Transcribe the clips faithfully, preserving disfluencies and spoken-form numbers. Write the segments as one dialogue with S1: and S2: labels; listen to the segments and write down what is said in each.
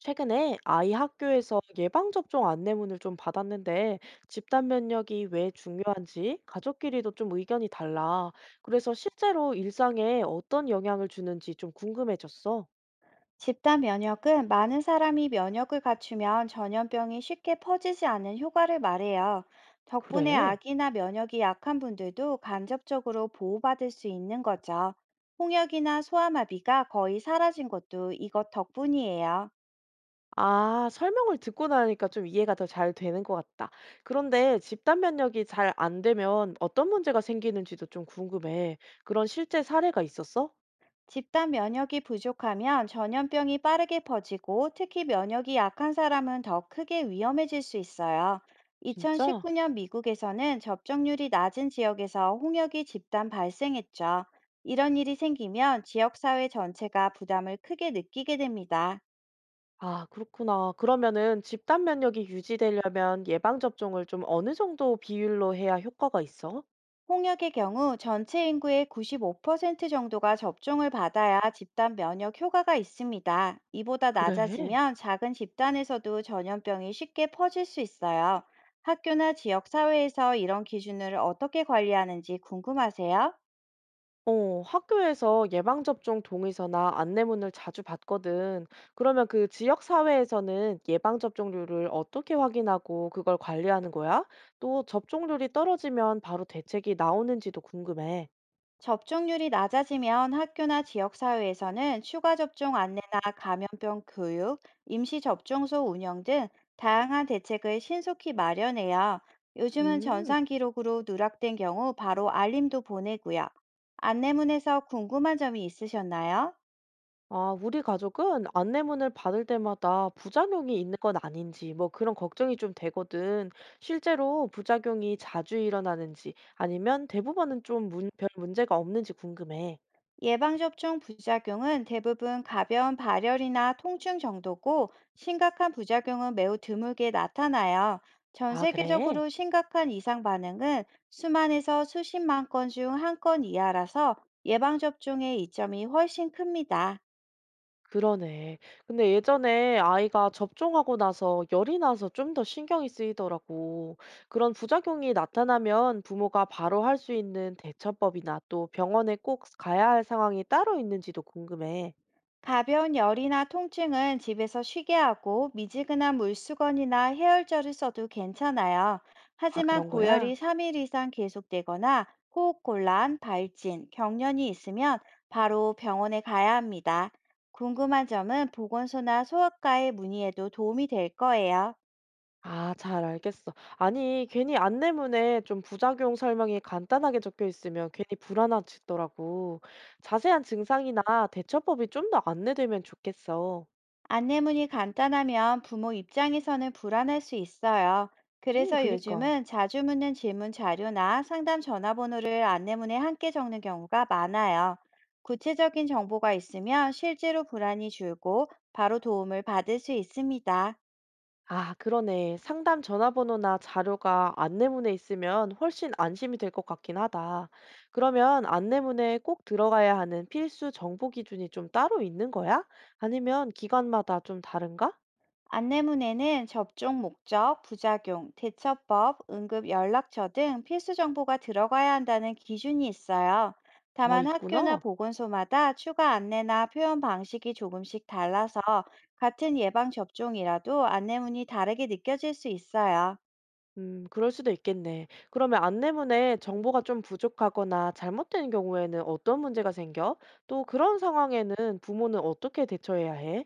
S1: 최근에 아이 학교에서 예방접종 안내문을 좀 받았는데 집단 면역이 왜 중요한지 가족끼리도 좀 의견이 달라. 그래서 실제로 일상에 어떤 영향을 주는지 좀 궁금해졌어.
S2: 집단 면역은 많은 사람이 면역을 갖추면 전염병이 쉽게 퍼지지 않는 효과를 말해요. 덕분에
S1: 그래.
S2: 아기나 면역이 약한 분들도 간접적으로 보호받을 수 있는 거죠. 홍역이나 소아마비가 거의 사라진 것도 이것 덕분이에요.
S1: 아, 설명을 듣고 나니까 좀 이해가 더 잘 되는 것 같다. 그런데 집단 면역이 잘 안 되면 어떤 문제가 생기는지도 좀 궁금해. 그런 실제 사례가 있었어?
S2: 집단 면역이 부족하면 전염병이 빠르게 퍼지고 특히 면역이 약한 사람은 더 크게 위험해질 수 있어요.
S1: 진짜?
S2: 이천십구 년 미국에서는 접종률이 낮은 지역에서 홍역이 집단 발생했죠. 이런 일이 생기면 지역사회 전체가 부담을 크게 느끼게 됩니다.
S1: 아, 그렇구나. 그러면은 집단 면역이 유지되려면 예방 접종을 좀 어느 정도 비율로 해야 효과가 있어?
S2: 홍역의 경우 전체 인구의 구십오 퍼센트 정도가 접종을 받아야 집단 면역 효과가 있습니다. 이보다
S1: 그래.
S2: 낮아지면 작은 집단에서도 전염병이 쉽게 퍼질 수 있어요. 학교나 지역 사회에서 이런 기준을 어떻게 관리하는지 궁금하세요?
S1: 어, 학교에서 예방 접종 동의서나 안내문을 자주 받거든. 그러면 그 지역 사회에서는 예방 접종률을 어떻게 확인하고 그걸 관리하는 거야? 또 접종률이 떨어지면 바로 대책이 나오는지도 궁금해.
S2: 접종률이 낮아지면 학교나 지역사회에서는 추가 접종 안내나 감염병 교육, 임시접종소 운영 등 다양한 대책을 신속히 마련해요. 요즘은
S1: 음.
S2: 전산 기록으로 누락된 경우 바로 알림도 보내고요. 안내문에서 궁금한 점이 있으셨나요?
S1: 아, 우리 가족은 안내문을 받을 때마다 부작용이 있는 건 아닌지, 뭐 그런 걱정이 좀 되거든. 실제로 부작용이 자주 일어나는지, 아니면 대부분은 좀 문, 별 문제가 없는지 궁금해.
S2: 예방접종 부작용은 대부분 가벼운 발열이나 통증 정도고 심각한 부작용은 매우 드물게 나타나요. 전
S1: 아, 그래?
S2: 세계적으로 심각한 이상 반응은 수만에서 수십만 건 중 한 건 이하라서 예방접종의 이점이 훨씬 큽니다.
S1: 그러네. 근데 예전에 아이가 접종하고 나서 열이 나서 좀 더 신경이 쓰이더라고. 그런 부작용이 나타나면 부모가 바로 할 수 있는 대처법이나 또 병원에 꼭 가야 할 상황이 따로 있는지도 궁금해.
S2: 가벼운 열이나 통증은 집에서 쉬게 하고 미지근한 물수건이나 해열제를 써도 괜찮아요.
S1: 아,
S2: 하지만
S1: 그런 거야?
S2: 고열이 삼 일 이상 계속되거나 호흡곤란, 발진, 경련이 있으면 바로 병원에 가야 합니다. 궁금한 점은 보건소나 소아과에 문의해도 도움이 될 거예요.
S1: 아 잘 알겠어. 아니 괜히 안내문에 좀 부작용 설명이 간단하게 적혀 있으면 괜히 불안해지더라고. 자세한 증상이나 대처법이 좀 더 안내되면 좋겠어.
S2: 안내문이 간단하면 부모 입장에서는 불안할 수 있어요.
S1: 음
S2: 그래서
S1: 그니까.
S2: 요즘은 자주 묻는 질문 자료나 상담 전화번호를 안내문에 함께 적는 경우가 많아요. 구체적인 정보가 있으면 실제로 불안이 줄고 바로 도움을 받을 수 있습니다.
S1: 아 그러네. 상담 전화번호나 자료가 안내문에 있으면 훨씬 안심이 될 것 같긴 하다. 그러면 안내문에 꼭 들어가야 하는 필수 정보 기준이 좀 따로 있는 거야? 아니면 기관마다 좀 다른가?
S2: 안내문에는 접종 목적, 부작용, 대처법, 응급 연락처 등 필수 정보가 들어가야 한다는 기준이 있어요.
S1: 아
S2: 다만 학교나
S1: 있구나.
S2: 보건소마다 추가 안내나 표현 방식이 조금씩 달라서 같은 예방접종이라도 안내문이 다르게 느껴질 수 있어요.
S1: 음, 그럴 수도 있겠네. 그러면 안내문에 정보가 좀 부족하거나 잘못된 경우에는 어떤 문제가 생겨? 또 그런 상황에는 부모는 어떻게 대처해야 해?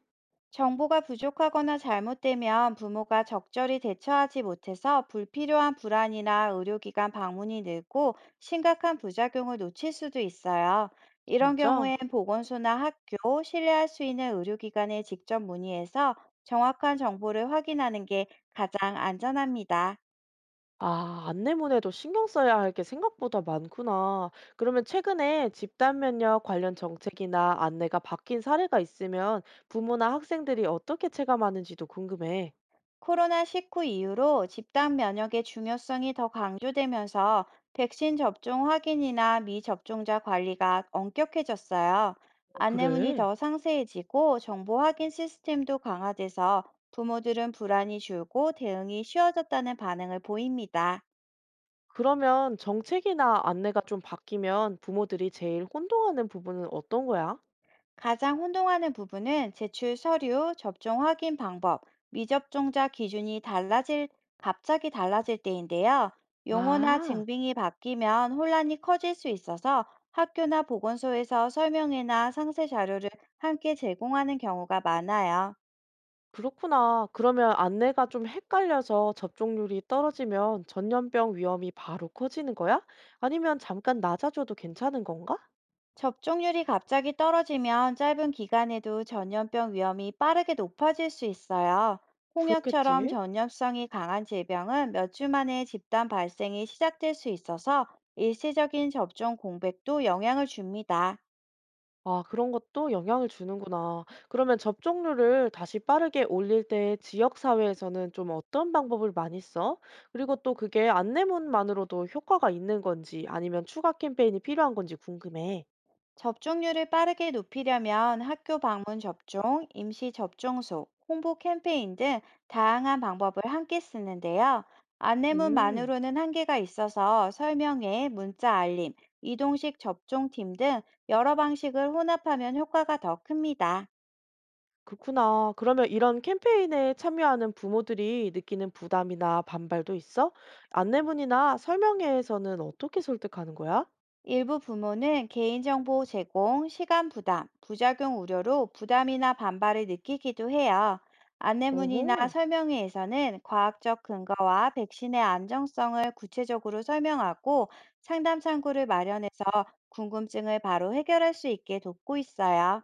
S2: 정보가 부족하거나 잘못되면 부모가 적절히 대처하지 못해서 불필요한 불안이나 의료기관 방문이 늘고 심각한 부작용을 놓칠 수도 있어요. 이런
S1: 진짜?
S2: 경우엔 보건소나 학교, 신뢰할 수 있는 의료기관에 직접 문의해서 정확한 정보를 확인하는 게 가장 안전합니다.
S1: 아, 안내문에도 신경 써야 할 게 생각보다 많구나. 그러면 최근에 집단 면역 관련 정책이나 안내가 바뀐 사례가 있으면 부모나 학생들이 어떻게 체감하는지도 궁금해.
S2: 코로나십구 이후로 집단 면역의 중요성이 더 강조되면서 백신 접종 확인이나 미접종자 관리가 엄격해졌어요.
S1: 어,
S2: 안내문이
S1: 그래?
S2: 더 상세해지고 정보 확인 시스템도 강화돼서 부모들은 불안이 줄고 대응이 쉬워졌다는 반응을 보입니다.
S1: 그러면 정책이나 안내가 좀 바뀌면 부모들이 제일 혼동하는 부분은 어떤 거야?
S2: 가장 혼동하는 부분은 제출 서류, 접종 확인 방법, 미접종자 기준이 달라질, 갑자기 달라질 때인데요. 용어나
S1: 아,
S2: 증빙이 바뀌면 혼란이 커질 수 있어서 학교나 보건소에서 설명회나 상세 자료를 함께 제공하는 경우가 많아요.
S1: 그렇구나. 그러면 안내가 좀 헷갈려서 접종률이 떨어지면 전염병 위험이 바로 커지는 거야? 아니면 잠깐 낮아져도 괜찮은 건가?
S2: 접종률이 갑자기 떨어지면 짧은 기간에도 전염병 위험이 빠르게 높아질 수 있어요. 홍역처럼
S1: 그렇겠지.
S2: 전염성이 강한 질병은 몇 주 만에 집단 발생이 시작될 수 있어서 일시적인 접종 공백도 영향을 줍니다.
S1: 아, 그런 것도 영향을 주는구나. 그러면 접종률을 다시 빠르게 올릴 때 지역사회에서는 좀 어떤 방법을 많이 써? 그리고 또 그게 안내문만으로도 효과가 있는 건지 아니면 추가 캠페인이 필요한 건지 궁금해.
S2: 접종률을 빠르게 높이려면 학교 방문 접종, 임시 접종소, 홍보 캠페인 등 다양한 방법을 함께 쓰는데요.
S1: 음.
S2: 안내문만으로는 한계가 있어서 설명회, 문자 알림, 이동식 접종팀 등 여러 방식을 혼합하면 효과가 더 큽니다.
S1: 그렇구나. 그러면 이런 캠페인에 참여하는 부모들이 느끼는 부담이나 반발도 있어? 안내문이나 설명회에서는 어떻게 설득하는 거야?
S2: 일부 부모는 개인정보 제공, 시간 부담, 부작용 우려로 부담이나 반발을 느끼기도 해요. 안내문이나
S1: 오호.
S2: 설명회에서는 과학적 근거와 백신의 안정성을 구체적으로 설명하고 상담 창구를 마련해서 궁금증을 바로 해결할 수 있게 돕고 있어요.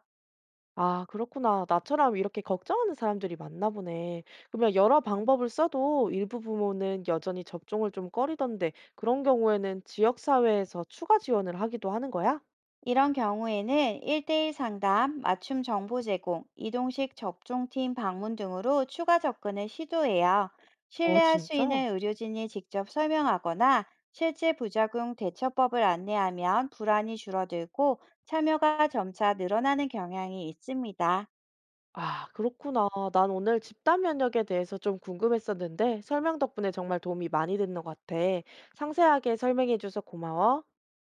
S1: 아, 그렇구나. 나처럼 이렇게 걱정하는 사람들이 많나 보네. 그러면 여러 방법을 써도 일부 부모는 여전히 접종을 좀 꺼리던데, 그런 경우에는 지역사회에서 추가 지원을 하기도 하는 거야?
S2: 이런 경우에는 일 대일 상담, 맞춤 정보 제공, 이동식 접종팀 방문 등으로 추가 접근을 시도해요.
S1: 어,
S2: 신뢰할 수
S1: 진짜?
S2: 있는 의료진이 직접 설명하거나 실제 부작용 대처법을 안내하면 불안이 줄어들고 참여가 점차 늘어나는 경향이 있습니다.
S1: 아, 그렇구나. 난 오늘 집단 면역에 대해서 좀 궁금했었는데 설명 덕분에 정말 도움이 많이 됐는 것 같아. 상세하게 설명해줘서 고마워.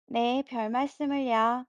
S2: 네, 별 말씀을요.